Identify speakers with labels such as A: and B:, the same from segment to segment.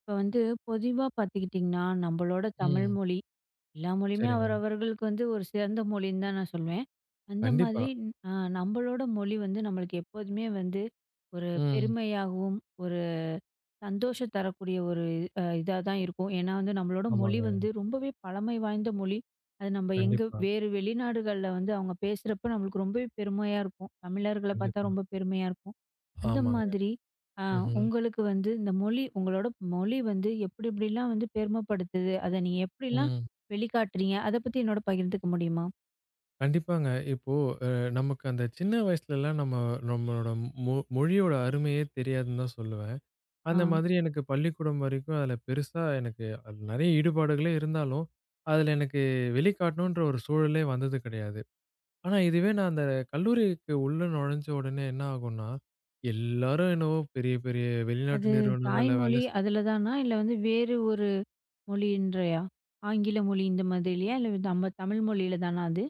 A: இப்போ வந்து பொதுவா பார்த்துக்கிட்டிங்கன்னா, நம்மளோட தமிழ்
B: ம்.
A: மொழி, எல்லா மொழியுமே
B: சரிங்க.
A: அவரவர்களுக்கு வந்து ஒரு சிறந்த மொழின்னு தான் நான் சொல்வேன். அந்த
B: கண்டிப்பா.
A: மாதிரி அ நம்மளோட மொழி வந்து நம்மளுக்கு எப்போதுமே வந்து ஒரு
B: ம்.
A: பெருமையாகவும், ஒரு சந்தோஷம் தரக்கூடிய ஒரு இதா தான் இருக்கும். ஏன்னா வந்து நம்மளோட மொழி
B: ஆமாங்க.
A: வந்து ரொம்பவே பழமை வாய்ந்த மொழி. அது நம்ம எங்க
B: கண்டிப்பா,
A: வேறு வெளிநாடுகள்ல வந்து அவங்க பேசுறப்ப நம்மளுக்கு ரொம்பவே பெருமையா இருக்கும். தமிழர்கள
B: கண்டிப்பா.
A: பார்த்தா ரொம்ப பெருமையா இருக்கும். அந்த
B: ஆமாங்க.
A: மாதிரி அ
B: ம்ஹ்ம்.
A: உங்களுக்கு வந்து இந்த மொழி உங்களோட மொழி வந்து எப்படி எப்படிலாம் வந்து பெருமைப்படுத்துது? அத நீங்க எப்படிலாம்
B: ம்.
A: வெளிக்காட்டுறீங்க? அத பத்தி என்னோட பகிர்ந்துக்க முடியுமா?
B: கண்டிப்பாங்க. இப்போ நமக்கு அந்த சின்ன வயசுலலாம் நம்மளோட மொழியோட அருமையே தெரியாதுன்னு தான் சொல்லுவேன்.
A: ஆ.
B: அந்த மாதிரி எனக்கு பள்ளிக்கூடம் வரைக்கும் அதுல பெருசா எனக்கு அது நெறைய ஈடுபாடுகளே இருந்தாலும், அதுல எனக்கு வெளிக்காட்டணுன்ற ஒரு சூழலே வந்தது கிடையாது. ஆனா இதுவே நான் அந்த கல்லூரிக்கு உள்ள நுழைஞ்ச உடனே என்ன ஆகும்னா, எல்லாரும் என்னவோ பெரிய பெரிய வெளிநாட்டு
A: அது
B: நிறுவனங்கள்ல வேலை
A: தாய்மொழி அதுல தானா? இல்ல வந்து வேறு ஒரு மொழின்றயா? ஆங்கில மொழி இந்த மாதிரிலயா? இல்ல வந்து நம்ம தமிழ் மொழியில தானா அது?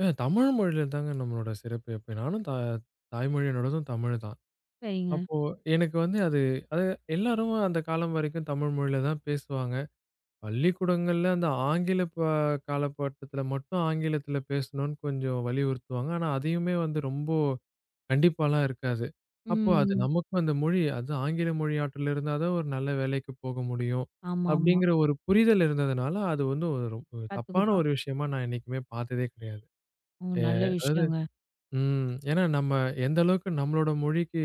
B: தமிழ் மொழியில தாங்க நம்மளோட சிறப்பு எப்பயும். நானும் தாய்மொழி என்னோடதும் தமிழ் தான்.
A: சரிங்க.
B: அப்போ எனக்கு வந்து அது அது எல்லாரும் அந்த காலம் வரைக்கும் தமிழ் மொழியில தான் பேசுவாங்க. பள்ளிக்கூடங்கள்ல அந்த ஆங்கில ப காலப்பட்டத்துல மட்டும் ஆங்கிலத்துல பேசணும்னு கொஞ்சம் வலியுறுத்துவாங்க. ஆனா, அதையுமே வந்து ரொம்ப கண்டிப்பாலாம் இருக்காது. அப்போ அது
A: ம்.
B: நமக்கும் அந்த மொழி அது ஆங்கில மொழியாற்றல் இருந்தா தான் ஒரு நல்ல வேலைக்கு போக முடியும்.
A: ஆமாமா.
B: அப்படிங்கிற ஒரு புரிதல் இருந்ததுனால, அது வந்து ஒரு ரொ தப்பான
A: கத்துக்கிட்டோம்.
B: ஒரு விஷயமா நான் என்னைக்குமே பார்த்ததே கிடையாது.
A: ஓ!
B: எ
A: நல்ல
B: அதாவது
A: விஷயங்க.
B: ம். ஏன்னா நம்ம எந்த அளவுக்கு நம்மளோட மொழிக்கு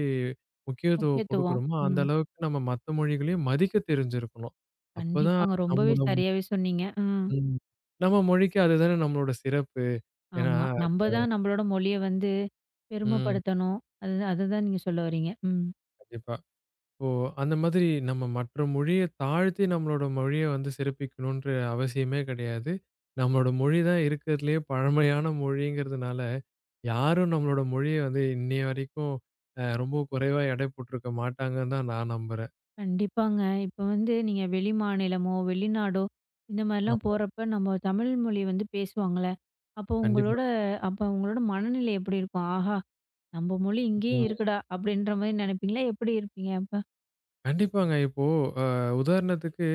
B: முக்கியத்துவம்
A: முக்கியத்துவம்.
B: குடுக்குறோமோ, அந்த
A: ம்.
B: அளவுக்கு நம்ம மத்த மொழிகளையும் மதிக்க தெரிஞ்சிருக்கணும். அப்பதான்
A: கண்டிப்பாங்க. ரொம்பவே
B: நம்மளோட
A: சரியாவே சொன்னீங்க. ம்.
B: ம். நம்ம மொழிக்கு அதுதானே நம்மளோட சிறப்பு. ஏன்னா
A: ஆமா. நம்ப தான் நம்பளோட மொழிய வந்து
B: ம்.
A: பெருமைப்படுத்தணும். அது அதுதான் நீங்க சொல்ல வர்றீங்க. ம்.
B: கண்டிப்பா. இப்போ அந்த மாதிரி நம்ம மற்ற மொழிய தாழ்த்தி நம்மளோட மொழிய வந்து சிறப்பிக்கணுன்ற அவசியமே கிடையாது. நம்மளோட மொழி தான் இருக்கிறதுலயே பழமையான மொழிங்கிறதுனால, யாரும் நம்மளோட மொழிய வந்து இன்னைய வரைக்கும் ரொம்ப குறைவா எடை போட்டுருக்க மாட்டாங்கன்னு தான் நான் நம்புறேன்.
A: கண்டிப்பாங்க. இப்ப வந்து நீங்க வெளி மாநிலமோ, வெளிநாடோ இந்த மாரிலாம்
B: ஆமா.
A: போறப்ப நம்ம தமிழ் மொழி வந்து பேசுவாங்கல்ல. அப்போ
B: கண்டிப்பா.
A: உங்களோட அப்போ உங்களோட மனநிலை எப்படி இருக்கும்? ஆஹா! நம்ப மொழி இங்கேயே
B: ம்.
A: இருக்குடா! அப்படின்ற மாரி நெனைப்பீங்களா? எப்படி இருப்பீங்க அப்ப?
B: கண்டிப்பாங்க. இப்போ அ உதாரணத்துக்கு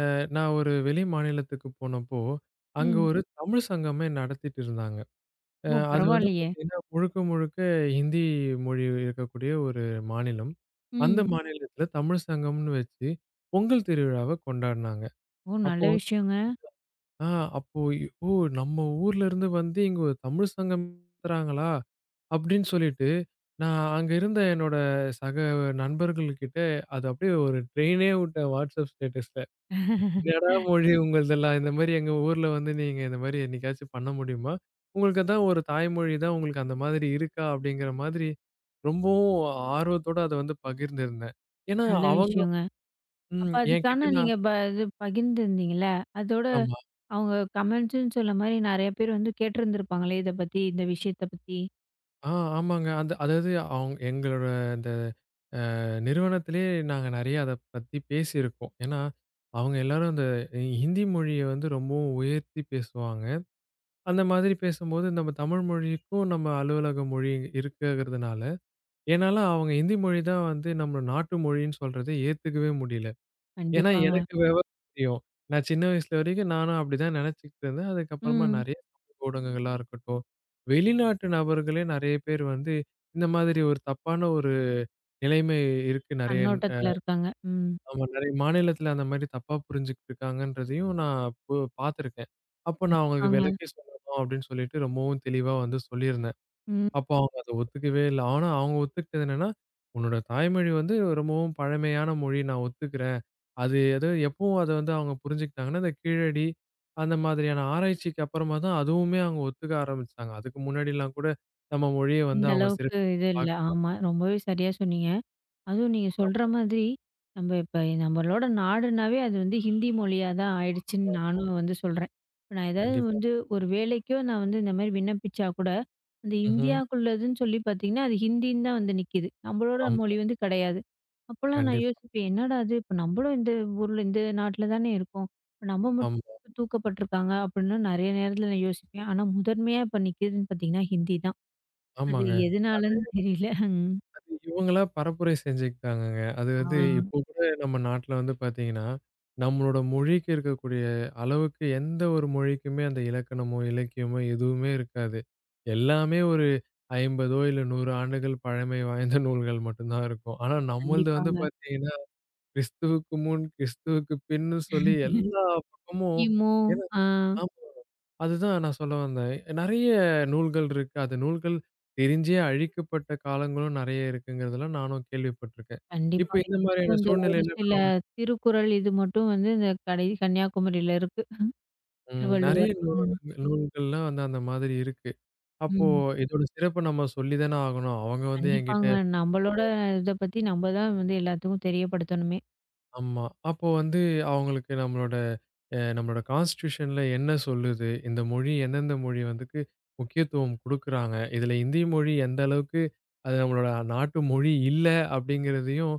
B: நான் ஒரு வெளி மாநிலத்துக்கு போனப்போ, அங்க
A: ம்.
B: ஒரு தமிழ் சங்கமே நடத்திட்டு இருந்தாங்க.
A: ஓ!
B: அது வந்து
A: பரவாயில்லையே!
B: பார்த்தீங்கன்னா, முழுக்க முழுக்க ஹிந்தி மொழி இருக்கக்கூடிய ஒரு மாநிலம். அந்த
A: ம்.
B: மாநிலத்தில தமிழ் சங்கம்னு வச்சு பொங்கல் திருவிழாவ கொண்டாடுனாங்க.
A: ஓ! நல்ல
B: அப்போ
A: விஷயங்க.
B: ஆ அப்போ, இ- "ஓ! நம்ம ஊர்ல இருந்து வந்து இங்க ஒரு தமிழ் சங்கம் நடத்துறாங்களா?" அப்படின்னு சொல்லிட்டு, நான் அங்க இருந்த என்னோட சக நண்பர்கள்கிட்ட அது அப்படியே ஒரு ட்ரெயினே விட்டேன் வாட்ஸ்அப் ஸ்டேட்டஸ்ல. "என்னடா மொழி உங்களுதெல்லாம்? இந்த மாரி எங்க ஊர்ல வந்து நீங்க இந்த மாரி என்னைக்காச்சும் பண்ண முடியுமா? உங்களுக்கு அதான் ஒரு தாய்மொழி தான். உங்களுக்கு அந்த மாதிரி இருக்கா?" அப்படிங்கிற மாதிரி ரொம்பவும் ஆர்வத்தோட அத வந்து பகிர்ந்திருந்தேன். ஏன்னா
A: நல்ல
B: அவங்க
A: விஷயங்க. அப்ப
B: ம் என்கிட்ட
A: அதுக்கான
B: நான்
A: நீங்க இது பகிர்ந்துருந்தீங்கல்ல, அதோட
B: ஆமா.
A: அவங்க கமெண்ட்ஸ்ன்னு சொல்ல மாரி நெறைய பேர் வந்து கேட்டிருந்திருப்பாங்களே இத பத்தி, இந்த விஷயத்த பத்தி.
B: ஆ ஆமாங்க. அந்த அதாவது அவங்க எங்களோட அந்த நிறுவனத்திலேயே நாங்க நெறைய அத பத்தி பேசியிருக்கோம். ஏன்னா, அவங்க எல்லாரும் அந்த ஹிந்தி மொழிய வந்து ரொம்பவும் உயர்த்தி பேசுவாங்க. அந்த மாதிரி பேசும்போது நம்ம தமிழ் மொழிக்கும் நம்ம அலுவலக மொழி இருக்குங்கிறதுனால, என்னால அவங்க ஹிந்தி மொழி தான் வந்து நம்ம நாட்டு மொழின்னு சொல்றத ஏத்துக்கவே முடியல. ஏன்னா
A: கண்டிப்பாங்க.
B: எனக்கு விவரம் தெரியும். நான் சின்ன வயசுல வரைக்கும் நானும் அப்படிதான் நெனச்சுக்கிட்டு இருந்தேன். அதுக்கப்புறமா
A: ம்.
B: நெறைய சமூக ஊடகங்களா இருக்கட்டும், வெளிநாட்டு நபர்களே நெறைய பேர் வந்து இந்த மாதிரி ஒரு தப்பான ஒரு நிலைமை இருக்கு நெறைய
A: கண்ணோட்டத்துல இருக்காங்க. ம்.
B: ஆமா. நெறைய மாநிலத்தில அந்த மாரி தப்பா புரிஞ்சுகிட்டு இருக்காங்கன்றதையும் நான் பு பார்த்துருக்கேன். அப்போ நான் அவங்களுக்கு
A: இருப்பாங்க.
B: விளக்கி சொல்லணும் அப்படின்னு சொல்லிட்டு ரொம்பவும் தெளிவா வந்து சொல்லியிருந்தேன்.
A: ம்.
B: அப்போ அவங்க அத ஒத்துக்கவே இல்ல. ஆனா அவங்க ஒத்துக்கிட்டது என்னன்னா, "உன்னோட தாய்மொழி வந்து ரொம்பவும் பழமையான மொழி நான் ஒத்துக்கிறேன்." அது எதோ எப்பவும் அத வந்து அவங்க புரிஞ்சுக்கிட்டாங்கன்னா, இந்த கீழடி அந்த மாதிரியான ஆராய்ச்சிக்கு அப்புறமா தான் அதுவுமே அவங்க ஒத்துக்க ஆரம்பிச்சாங்க. அதுக்கு முன்னாடிலாம் கூட நம்ம மொழிய வந்து
A: இந்த
B: அவங்க
A: அளவுக்கு
B: சிறப்
A: இது இல்ல. ஆமா. ரொம்பவே சரியா சொன்னீங்க. அதுவும் நீங்க சொல்ற மாதிரி, நம்ம இப்ப நம்மளோட நாடுனாவே அது வந்து ஹிந்தி மொழியா தான் ஆயிடுச்சுன்னு நானும் வந்து சொல்றேன். இப்ப நான் ம். ஏதாவது
B: கண்டிப்பா.
A: வந்து ஒரு வேலைக்கோ நான் வந்து இந்த மாரி விண்ணப்பிச்சா கூட, அந்த ம்.
B: ம்ஹ்ம்.
A: இந்தியாக்குள்ளதுன்னு சொல்லி பார்த்தீங்கன்னா, அது ஹிந்தின்னு தான் வந்து நிக்கிது. நம்மளோட ம்.
B: ஆமா.
A: மொழி வந்து கிடையாது. அப்போலாம் ம். நான்
B: கண்டிப்பா.
A: யோசிப்பேன், என்னடா இது! இப்ப நம்மளும் இந்த ஊர்ல இந்த நாட்ல தானே இருக்கோம். இப்ப நம்ம ம். மட்டும்
B: ஆமா.
A: தூக்கப்பட்டுருக்காங்க அப்படின்னு நெறைய நேரத்துல நான் யோசிப்பேன். ஆனா முதன்மையா இப்ப நிக்கிதுன்னு பார்த்தீங்கன்னா, ஹிந்தி தான். அது
B: ஆமாங்க. அது
A: எதுனாலன்னு தெரியல. ம்.
B: இவங்களா பரப்புரை செஞ்சுக்கிட்டாங்கங்க. அது
A: ஆ.
B: வந்து இப்போ கூட நம்ம நாட்ல வந்து பார்த்தீங்கன்னா, நம்மளோட மொழிக்கு இருக்கக்கூடிய அளவுக்கு எந்த ஒரு மொழிக்குமே அந்த இலக்கணமோ, இலக்கியமோ எதுவுமே இருக்காது. எல்லாமே ஒரு 50 இல்ல 100 ஆண்டுகள் பழமை வாய்ந்த நூல்கள் மட்டும் தான் இருக்கும். ஆனா நம்மள்து
A: கண்டிப்பா.
B: வந்து பார்த்தீங்கன்னா, கிறிஸ்துவுக்கு முன், கிறிஸ்துவுக்கு பின்ன்னு சொல்லி எல்லா பக்கமும்
A: ஈமோ.
B: ஏன்னா
A: ஆ.
B: அதுதான் நான் சொல்ல வந்தேன். நெறைய நூல்கள் இருக்கு. அது நூல்கள் தெரிஞ்சே அழிக்கப்பட்ட காலங்களும் நெறைய இருக்குங்கிறதெல்லாம் நானும் கேள்விப்பட்டுருக்கேன்.
A: கண்டிப்பா.
B: இப்ப இந்த
A: இதுவும்
B: மாதிரியான
A: இந்த ஒரு
B: சூழ்நிலையில
A: சில
B: நாம
A: திருக்குறள் இது மட்டும் வந்து இந்த கடை கன்னியாகுமரியில இருக்கு.
B: நெறைய
A: திருவள்ளுவர். ம்.
B: நூலகங்கள் நூல்கள்லாம் வந்து அந்த மாதிரி இருக்கு. அப்போ
A: ம்.
B: இதோட சிறப்ப நம்ம சொல்லி தானே ஆகணும். அவங்க வந்து
A: கண்டிப்பாங்க.
B: என்கிட்ட
A: நம்மளோட இத பத்தி நம்ம தான் வந்து எல்லாத்துக்கும் தெரியப்படுத்தணுமே!
B: ஆமா. அப்போ வந்து அவங்களுக்கு நம்மளோட நம்மளோட கான்ஸ்டிடியூஷன்ல என்ன சொல்லுது? இந்த மொழி எந்தெந்த மொழி வந்துக்கு முக்கியத்துவம் குடுக்குறாங்க? இதுல இந்தி மொழி எந்த அளவுக்கு அது நம்மளோட நாட்டு மொழி இல்ல அப்படிங்கிறதையும்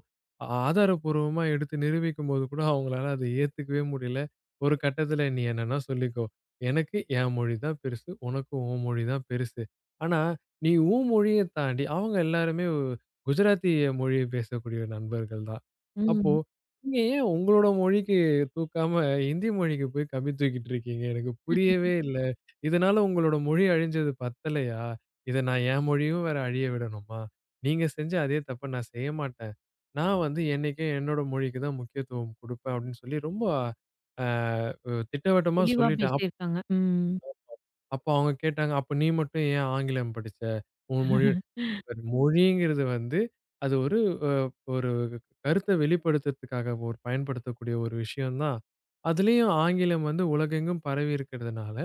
B: ஆதாரப்பூர்வமா எடுத்து நிரூபிக்கும்போது கூட அவங்களால அத ஏத்துக்கவே முடியல. ஒரு கட்டத்துல நீ என்னன்னா சொல்லிக்கோ. எனக்கு என் மொழி தான் பெருசு. உனக்கு உன் மொழி தான் பெருசு. ஆனா நீ உன் மொழிய தாண்டி அவங்க எல்லாருமே குஜராத்தி மொழிய பேசக்கூடிய நண்பர்கள் தான். அப்போ
A: ம்.
B: நீங்க ஏன் உங்களோட மொழிக்கு தூக்காம, ஹிந்தி மொழிக்கு போய் கம்பி தூக்கிட்டு இருக்கீங்க? எனக்கு புரியவே இல்ல. இதனால உங்களோட மொழி அழிஞ்சது பத்தலையா? இத நான் என் மொழியும் வேற அழிய விடணுமா? நீங்க செஞ்ச அதே தப்ப நான் செய்ய மாட்டேன். நான் வந்து என்னைக்கும் என்னோட மொழிக்கு தான் முக்கியத்துவம் குடுப்பேன் அப்படின்னு சொல்லி ரொம்ப அ திட்டவட்டமா
A: தெளிவா
B: சொல்லிட்டேன்.
A: பேசியிருக்காங்க. ம்.
B: அப்ப அவங்க கேட்டாங்க, "அப்ப நீ மட்டும் ஏன் ஆங்கிலம் படிச்ச? உன் மொழி" மொழிங்கிறது வந்து அது ஒரு அ ஒரு கருத்த வெளிப்படுத்துறதுக்காக ஒரு பயன்படுத்தக்கூடிய ஒரு விஷயம் தான். அதுலயும் ஆங்கிலம் வந்து உலகெங்கும் பரவி இருக்கிறதுனால,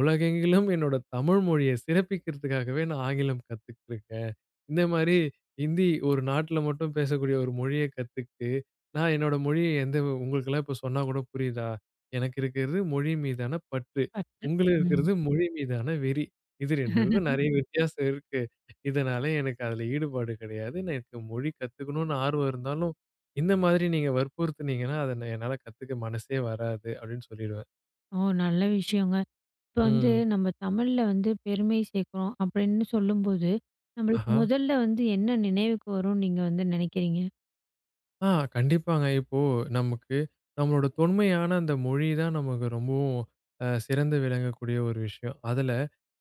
B: உலகெங்கிலும் என்னோட தமிழ் மொழிய சிறப்பிக்கிறதுக்காகவே நான் ஆங்கிலம் கத்துக்கிட்டுருக்கேன். இந்த மாரி ஹிந்தி ஒரு நாட்ல மட்டும் பேசக்கூடிய ஒரு மொழிய கத்துக்கிட்டு, நான் என்னோட மொழிய எந்த உங்களுக்கெல்லாம் இப்ப சொன்னா கூட புரியுதா? எனக்கு இருக்கிறது மொழி மீதான பற்று.
A: கரெக்ட்டு.
B: உங்களுக்கு
A: ம்.
B: இருக்கிறது மொழி மீதான வெறி. இது 2க்கும் நெறைய வித்தியாசம் இருக்கு. இதனால எனக்கு அதுல ஈடுபாடு கிடையாது. நான் எனக்கு மொழி கத்துக்கணும்னு ஆர்வம் இருந்தாலும், இந்த மாதிரி நீங்க வற்புறுத்துனீங்கன்னா, அத என்னால கத்துக்க மனசே வராது அப்படின்னு சொல்லிடுவேன்.
A: ஓ! நல்ல விஷயங்க. இப்ப வந்து
B: ம்.
A: நம்ம தமிழ்ல வந்து பெருமை சேர்க்கிறோம் அப்படின்னு சொல்லும்போது, நம்மளுக்கு
B: ஆஹா.
A: முதல்ல வந்து என்ன நினைவுக்கு வரும்னு நீங்க வந்து நினைக்கிறீங்க?
B: ஆ கண்டிப்பாங்க. இப்போ நமக்கு நம்மளோட தொன்மையான அந்த மொழி தான் நமக்கு ரொம்பவும் சிறந்து விளங்கக்கூடிய ஒரு விஷயம். அதுல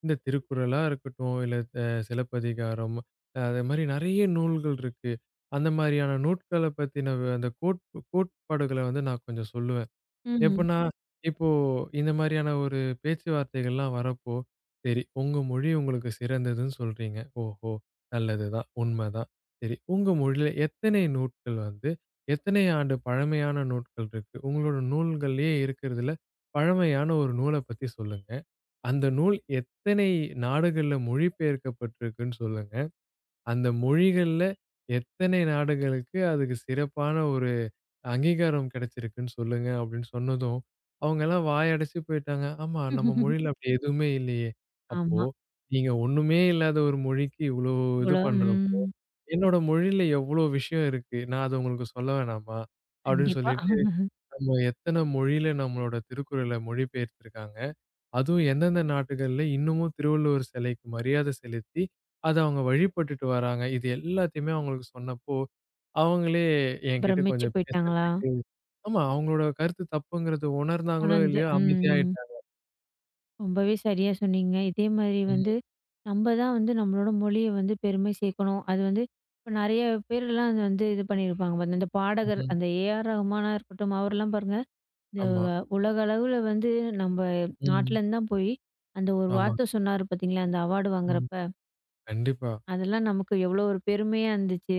B: இந்த திருக்குறளா இருக்கட்டும், இல்ல சிலப்பதிகாரம் அது மாரி நெறைய நூல்கள் இருக்கு. அந்த மாரியான நூட்கள பத்தின அந்த கோட்பாடுகள வந்து நான் கொஞ்சம் சொல்லுவேன்.
A: ம்.
B: எப்படின்னா, இப்போ இந்த மாரியான ஒரு பேச்சுவார்த்தைகள்லாம் வரப்போ, சரி உங்க மொழி உங்களுக்கு சிறந்ததுன்னு சொல்றீங்க. ஓஹோ! நல்லதுதான், உண்மதான். சரி உங்க மொழியில எத்தனை நூட்கள் வந்து, எத்தனை ஆண்டு பழமையான நூட்கள் இருக்கு? உங்களோட நூல்கள்லயே இருக்கிறதுல பழமையான ஒரு நூல பத்தி சொல்லுங்க. அந்த நூல் எத்தனை நாடுகள்ல மொழிபெயர்க்கப்பட்டிருக்குன்னு சொல்லுங்க. அந்த மொழிகள்ல எத்தனை நாடுகளுக்கு அதுக்கு சிறப்பான ஒரு அங்கீகாரம் கிடைச்சிருக்குன்னு சொல்லுங்க அப்படின்னு சொன்னதும், அவங்கலாம் வாயடைச்சு போயிட்டாங்க. ஆமா, நம்ம மொழியில அப்படி எதுவுமே இல்லையே. அப்போ
A: ஆமா.
B: நீங்க ஒண்ணுமே இல்லாத ஒரு மொழிக்கு இவ்வளோ இது
A: இவ்வளோ
B: பண்றப்போ,
A: ம்.
B: என்னோட மொழியில எவ்வளோ விஷயம் இருக்கு. நான் அத உங்களுக்கு சொல்ல வேணாமா? அப்படின்னு
A: கண்டிப்பா.
B: சொல்லிட்டு நம்ம எத்தன மொழியில நம்மளோட திருக்குறள மொழிபெயர்த்திருக்காங்க. அதுவும் எந்தெந்த நாட்டுகள்ல இன்னமும் திருவள்ளுவர் சிலைக்கு மரியாதை செலுத்தி, அத அவங்க வழிபட்டுட்டு வராங்க. இது எல்லாத்தையுமே அவங்களுக்கு சொன்னப்போ அவங்களே என்கிட்ட
A: பிரமிச்சு
B: கொஞ்சம்
A: போயிட்டாங்களா?
B: பேசுறதுக்கு ஆமா, அவங்களோட கருத்து தப்புங்கிறது உணர்ந்தாங்களோ!
A: உணர்ந்து.
B: இல்லையோ!
A: ம், ம்.
B: அமைதியாயிட்டாங்க.
A: ரொம்பவே சரியா சொன்னீங்க. இதே மாதிரி
B: ம்,
A: வந்து நம்ம தான் வந்து நம்மளோட மொழிய வந்து பெருமை சேர்க்கணும். அது வந்து இப்ப நெறைய பேர்லாம் அது வந்து இது பண்ணியிருப்பாங்க பாருங்க. இந்த பாடகர்
B: ம்.
A: அந்த ஏ.ஆர். ரகுமானா இருக்கட்டும், அவர்லாம் பாருங்க, இந்த
B: ஆமா.
A: உலக அளவுல வந்து நம்ம
B: ம்.
A: நாட்டுலேருந்து தான் போய் அந்த ஒரு
B: ஆமாங்க.
A: வார்த்த சொன்னாரு பார்த்தீங்களா? அந்த அவார்டு
B: ம்.
A: வாங்குறப்ப,
B: கண்டிப்பா.
A: அதெல்லாம் நமக்கு எவ்வளோ ஒரு பெருமையா இருந்துச்சு.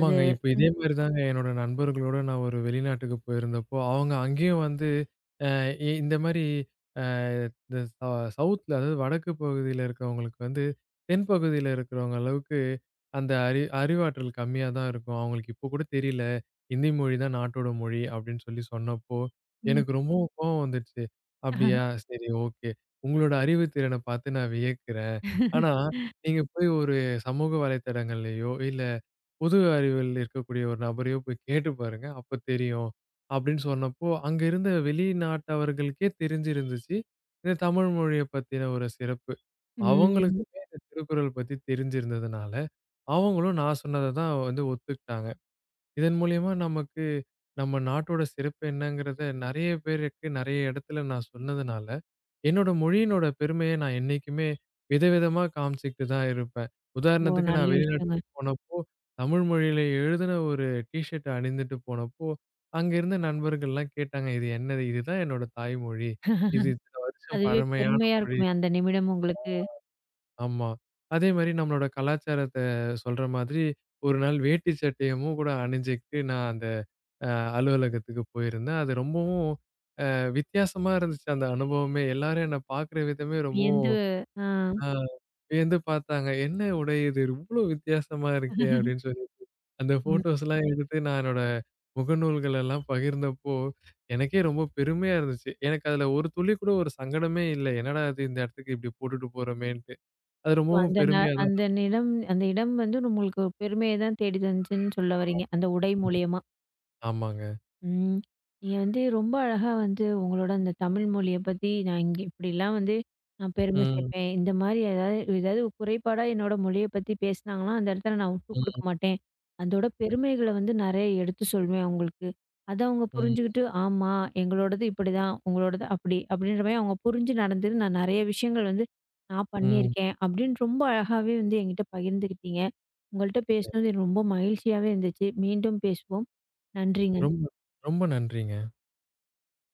A: அது
B: இப்ப இதே
A: ம்,
B: மாரி தாங்க என்னோட நண்பர்களோட நான் ஒரு வெளிநாட்டுக்கு போயிருந்தப்போ, அவங்க அங்கேயும் வந்து அ இ இந்த மாரி அ இந்த சவுத்ல அதாவது வடக்கு பகுதியில இருக்கிறவங்களுக்கு வந்து, தென் பகுதியில இருக்கிறவங்க அளவுக்கு அந்த அறிவாற்றல் கம்மியா தான் இருக்கும். அவங்களுக்கு இப்போ கூட தெரியல. "இந்தி மொழி தான் நாட்டோட மொழி" அப்படின்னு சொல்லி சொன்னப்போ,
A: ம்.
B: எனக்கு ரொம்பவும் கோவம் வந்துடுச்சு. "அப்படியா? சரி, ஓகே. உங்களோட அறிவுத்திறன பார்த்து நான் வியக்கிறேன்." ஆனா, நீங்க போய் ஒரு சமூக வலைத்தளங்கள்லயோ, இல்ல பொது அறிவில் இருக்கக்கூடிய ஒரு நபரையோ போய் கேட்டு பாருங்க. அப்ப தெரியும். அப்படின்னு சொன்னப்போ, அங்க இருந்த வெளிநாட்டவர்களுக்கே தெரிஞ்சிருந்துச்சு. இந்த தமிழ் மொழிய பத்தின ஒரு சிறப்பு.
A: ம்.
B: அவங்களுக்குமே இந்த திருக்குறள் பத்தி தெரிஞ்சிருந்ததுனால, அவங்களும் நான் சொன்னத தான் வந்து ஒத்துக்கிட்டாங்க. இதன் மூலியமா நமக்கு நம்ம நாட்டோட சிறப்பு என்னங்கிறத நெறைய பேருக்கு நெறைய இடத்துல நான் சொன்னதுனால, என்னோட மொழியினோட பெருமைய நான் என்னைக்குமே விதவிதமா காமிச்சுக்கிட்டு தான் இருப்பேன்.
A: ஓ!
B: உதாரணத்துக்கு
A: நல்ல
B: நான்
A: விஷயங்க.
B: வெளிநாட்டுக்கு போனப்போ, தமிழ் மொழியில எழுதின ஒரு டீஷர்ட் அணிந்துட்டு போனப்போ, அங்க இருந்த நண்பர்கள்லாம் கேட்டாங்க. "இது என்னது? இதுதான் என்னோட தாய்மொழி. இது இத்தன வருஷம்
A: அதுவே
B: பழமையான
A: பெருமையா
B: மொழி."
A: இருக்குமே அந்த நிமிடம் உங்களுக்கு.
B: ஆமா. அதே மாரி நம்மளோட கலாச்சாரத்த சொல்ற மாதிரி, ஒரு நாள் வேட்டி சட்டையமும் கூட அணிஞ்சுக்கிட்டு நான் அந்த அ அலுவலகத்துக்கு போயிருந்தேன். அது ரொம்பவும் வித்தியாசமா இருந்துச்சு அந்த அனுபவமே. எல்லாரும் என்ன பார்க்குற விதமே ரொம்பவும்
A: வியந்து ஆ.
B: ஆ வியந்து பார்த்தாங்க. "என்ன உடை இது? இவ்ளோ வித்தியாசமா இருக்கே!" அப்படின்னு சொல்லி. அந்த ஃபோட்டோஸ்லாம் எடுத்து நான் என்னோட முகநூல்கள் எல்லாம் பகிர்ந்தப்போ, எனக்கே ரொம்ப பெருமையா இருந்துச்சு. எனக்கு அதுல ஒரு துளி கூட ஒரு சங்கடமே இல்ல. "என்னடா இது இந்த இடத்துக்கு இப்படி போட்டுட்டு போறோமேன்ட்டு." அது
A: ஓ
B: ரொம்பவும்
A: அந்த ந
B: பெருமையா தான்
A: அந்த நிலம் அந்த இடம் வந்து உங்களுக்கு பெருமைய தான் தேடி தந்துச்சுன்னு சொல்ல வர்றீங்க. அந்த உடை
B: இருந்துச்சு.
A: மூலியமா?
B: ஆமாங்க.
A: ம். நீங்க வந்து ரொம்ப அழகா வந்து உங்களோட அந்த தமிழ் மொழிய பத்தி, நான் இங்க இப்படிலாம் வந்து நான் பெருமை
B: ம்,
A: சேர்ப்பேன். இந்த மாரி ஏதாவது ஏதாவது குறைபாடா என்னோட மொழிய பத்தி பேசினாங்கன்னா, அந்த இடத்துல நான் விட்டு குடுக்க
B: ம்.
A: மாட்டேன். அதோட பெருமைகள
B: கண்டிப்
A: வந்து நெறைய எடுத்து சொல்வேன் அவங்களுக்கு. அத அவங்க ம்.
B: ம்,
A: புரிஞ்சுகிட்டு, ஆமா எங்களோடது இப்படிதான், உங்களோடது அப்படி அப்படின்ற மாரி அவங்க புரிஞ்சு நடந்து, நான் நெறைய விஷயங்கள் வந்து நான்
B: ம்.
A: பண்ணியிருக்கேன் அப்படின்னு ரொம்ப அழகாவே வந்து என்கிட்ட பகிர்ந்துக்கிட்டீங்க. உங்கள்ட்ட
B: சரி.
A: பேசினது எனக்கு ரொம்ப மகிழ்ச்சியாவே இருந்துச்சு. மீண்டும் பேசுவோம். நன்றிங்க.
B: ரொம்ப ரொம்ப நன்றிங்க.